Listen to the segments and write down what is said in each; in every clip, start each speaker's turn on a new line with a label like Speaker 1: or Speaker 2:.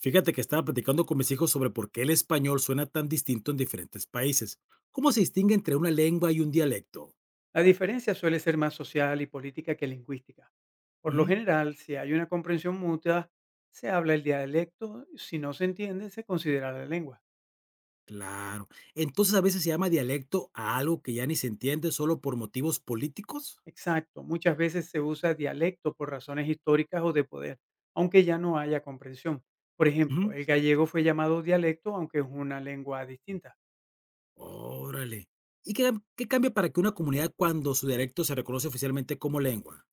Speaker 1: Fíjate que estaba platicando con mis hijos sobre por qué el español suena tan distinto en diferentes países. ¿Cómo se distingue entre una lengua y un dialecto?
Speaker 2: La diferencia suele ser más social y política que lingüística. Por lo
Speaker 1: Ujú.
Speaker 2: general, si hay una comprensión mutua, se habla el dialecto, si no se entiende, se considera la lengua.
Speaker 1: Claro. Entonces a veces se llama dialecto a algo que ya ni se entiende solo por motivos políticos.
Speaker 2: Exacto, muchas veces se usa dialecto por razones históricas o de poder, aunque ya no haya comprensión. Por
Speaker 1: Ujú.
Speaker 2: ejemplo, el gallego fue llamado dialecto aunque es una lengua distinta.
Speaker 1: Órale. ¿Y qué cambia para que una comunidad cuando su dialecto se reconoce oficialmente como lengua?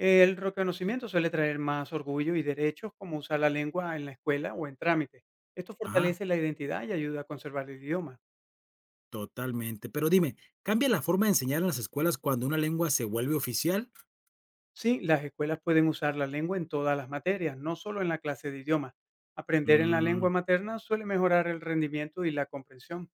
Speaker 2: El reconocimiento suele traer más orgullo y derechos como usar la lengua en la escuela o en trámites. Esto
Speaker 1: Ajá,
Speaker 2: fortalece la identidad y ayuda a conservar el idioma.
Speaker 1: totalmente. Pero dime, ¿cambia la forma de enseñar en las escuelas cuando una lengua se vuelve oficial?
Speaker 2: Sí, las escuelas pueden usar la lengua en todas las materias, no solo en la clase de idioma. Aprender en la lengua materna suele mejorar el rendimiento y la comprensión.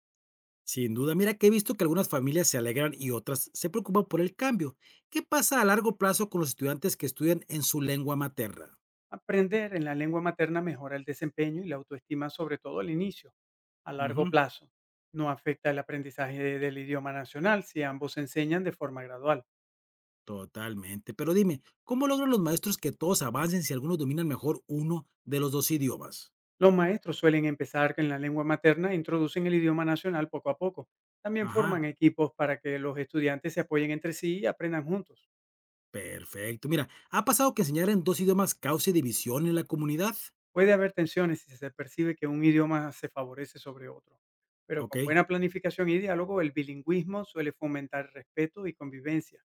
Speaker 1: Sin duda, mira que he visto que algunas familias se alegran y otras se preocupan por el cambio. ¿Qué pasa a largo plazo con los estudiantes que estudian en su lengua materna?
Speaker 2: Aprender en la lengua materna mejora el desempeño y la autoestima, sobre todo al inicio, a largo
Speaker 1: Ujú,
Speaker 2: plazo. No afecta el aprendizaje del idioma nacional si ambos se enseñan de forma gradual.
Speaker 1: totalmente. Pero dime, ¿cómo logran los maestros que todos avancen si algunos dominan mejor uno de los dos idiomas?
Speaker 2: Los maestros suelen empezar en la lengua materna e introducen el idioma nacional poco a poco. También
Speaker 1: Ajá,
Speaker 2: forman equipos para que los estudiantes se apoyen entre sí y aprendan juntos.
Speaker 1: perfecto. Mira, ¿ha pasado que enseñar en dos idiomas cause división en la comunidad?
Speaker 2: Puede haber tensiones si se percibe que un idioma se favorece sobre otro, pero
Speaker 1: Ok,
Speaker 2: con buena planificación y diálogo, el bilingüismo suele fomentar respeto y convivencia.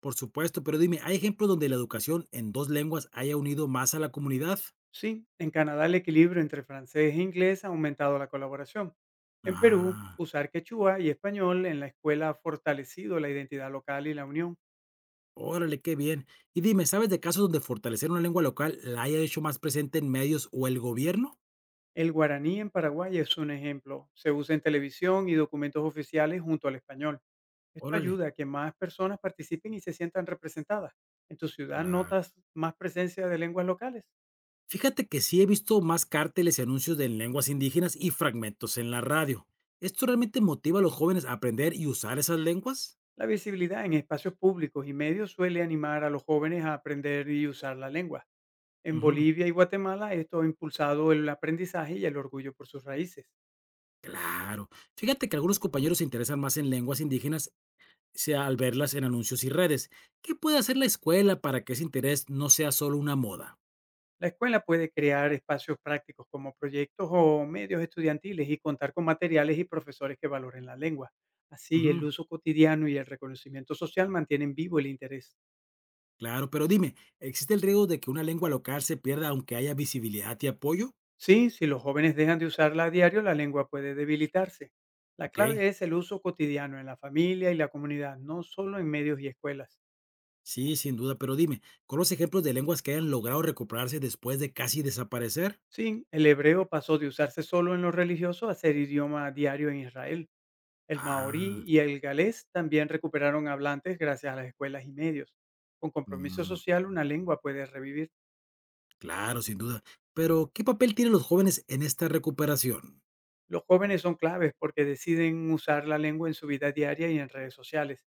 Speaker 1: por supuesto, pero dime, ¿hay ejemplos donde la educación en dos lenguas haya unido más a la comunidad?
Speaker 2: Sí, en Canadá el equilibrio entre francés e inglés ha aumentado la colaboración. En Perú,
Speaker 1: Ah.
Speaker 2: usar quechua y español en la escuela ha fortalecido la identidad local y la unión.
Speaker 1: Órale, qué bien. Y dime, ¿sabes de casos donde fortalecer una lengua local la haya hecho más presente en medios o el gobierno?
Speaker 2: El guaraní en Paraguay es un ejemplo. Se usa en televisión y documentos oficiales junto al español. Esto
Speaker 1: Órale,
Speaker 2: ayuda a que más personas participen y se sientan representadas. ¿En tu ciudad
Speaker 1: la...
Speaker 2: notas más presencia de lenguas locales?
Speaker 1: Fíjate que sí he visto más cárteles y anuncios de lenguas indígenas y fragmentos en la radio. ¿Esto realmente motiva a los jóvenes a aprender y usar esas lenguas?
Speaker 2: La visibilidad en espacios públicos y medios suele animar a los jóvenes a aprender y usar la lengua. En
Speaker 1: Ujú.
Speaker 2: Bolivia y Guatemala esto ha impulsado el aprendizaje y el orgullo por sus raíces.
Speaker 1: Claro. Fíjate que algunos compañeros se interesan más en lenguas indígenas sea al verlas en anuncios y redes. ¿Qué puede hacer la escuela para que ese interés no sea solo una moda?
Speaker 2: La escuela puede crear espacios prácticos como proyectos o medios estudiantiles y contar con materiales y profesores que valoren la lengua. Así, el
Speaker 1: Ujú.
Speaker 2: uso cotidiano y el reconocimiento social mantienen vivo el interés.
Speaker 1: Claro, pero dime, ¿existe el riesgo de que una lengua local se pierda aunque haya visibilidad y apoyo?
Speaker 2: Sí, si los jóvenes dejan de usarla a diario, la lengua puede debilitarse. La
Speaker 1: Ok,
Speaker 2: clave es el uso cotidiano en la familia y la comunidad, no solo en medios y escuelas.
Speaker 1: sí, sin duda, pero dime, ¿con los ejemplos de lenguas que hayan logrado recuperarse después de casi desaparecer?
Speaker 2: Sí, el hebreo pasó de usarse solo en lo religioso a ser idioma diario en Israel. El maorí
Speaker 1: Ah,
Speaker 2: y el galés también recuperaron hablantes gracias a las escuelas y medios. Con compromiso
Speaker 1: mm,
Speaker 2: social, una lengua puede revivir.
Speaker 1: claro, sin duda. Pero, ¿qué papel tienen los jóvenes en esta recuperación?
Speaker 2: Los jóvenes son claves porque deciden usar la lengua en su vida diaria y en redes sociales.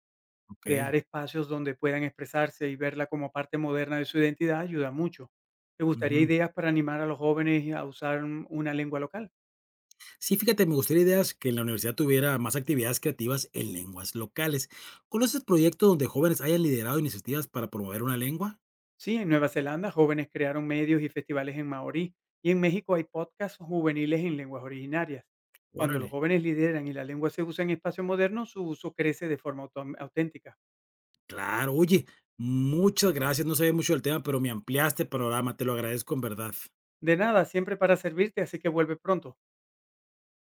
Speaker 1: Ok.
Speaker 2: Crear espacios donde puedan expresarse y verla como parte moderna de su identidad ayuda mucho. ¿Te gustaría
Speaker 1: Ujú.
Speaker 2: ideas para animar a los jóvenes a usar una lengua local?
Speaker 1: Sí, fíjate, me gustaría ideas que en la universidad tuviera más actividades creativas en lenguas locales. ¿Conoces proyectos donde jóvenes hayan liderado iniciativas para promover una lengua?
Speaker 2: Sí, en Nueva Zelanda jóvenes crearon medios y festivales en maorí y en México hay podcasts juveniles en lenguas originarias. Cuando los
Speaker 1: Órale.
Speaker 2: jóvenes lideran y la lengua se usa en espacio moderno, su uso crece de forma auténtica.
Speaker 1: Claro, oye, muchas gracias. No sabía mucho del tema, pero me ampliaste el programa. Te lo agradezco en verdad.
Speaker 2: De nada, siempre para servirte, así que vuelve pronto.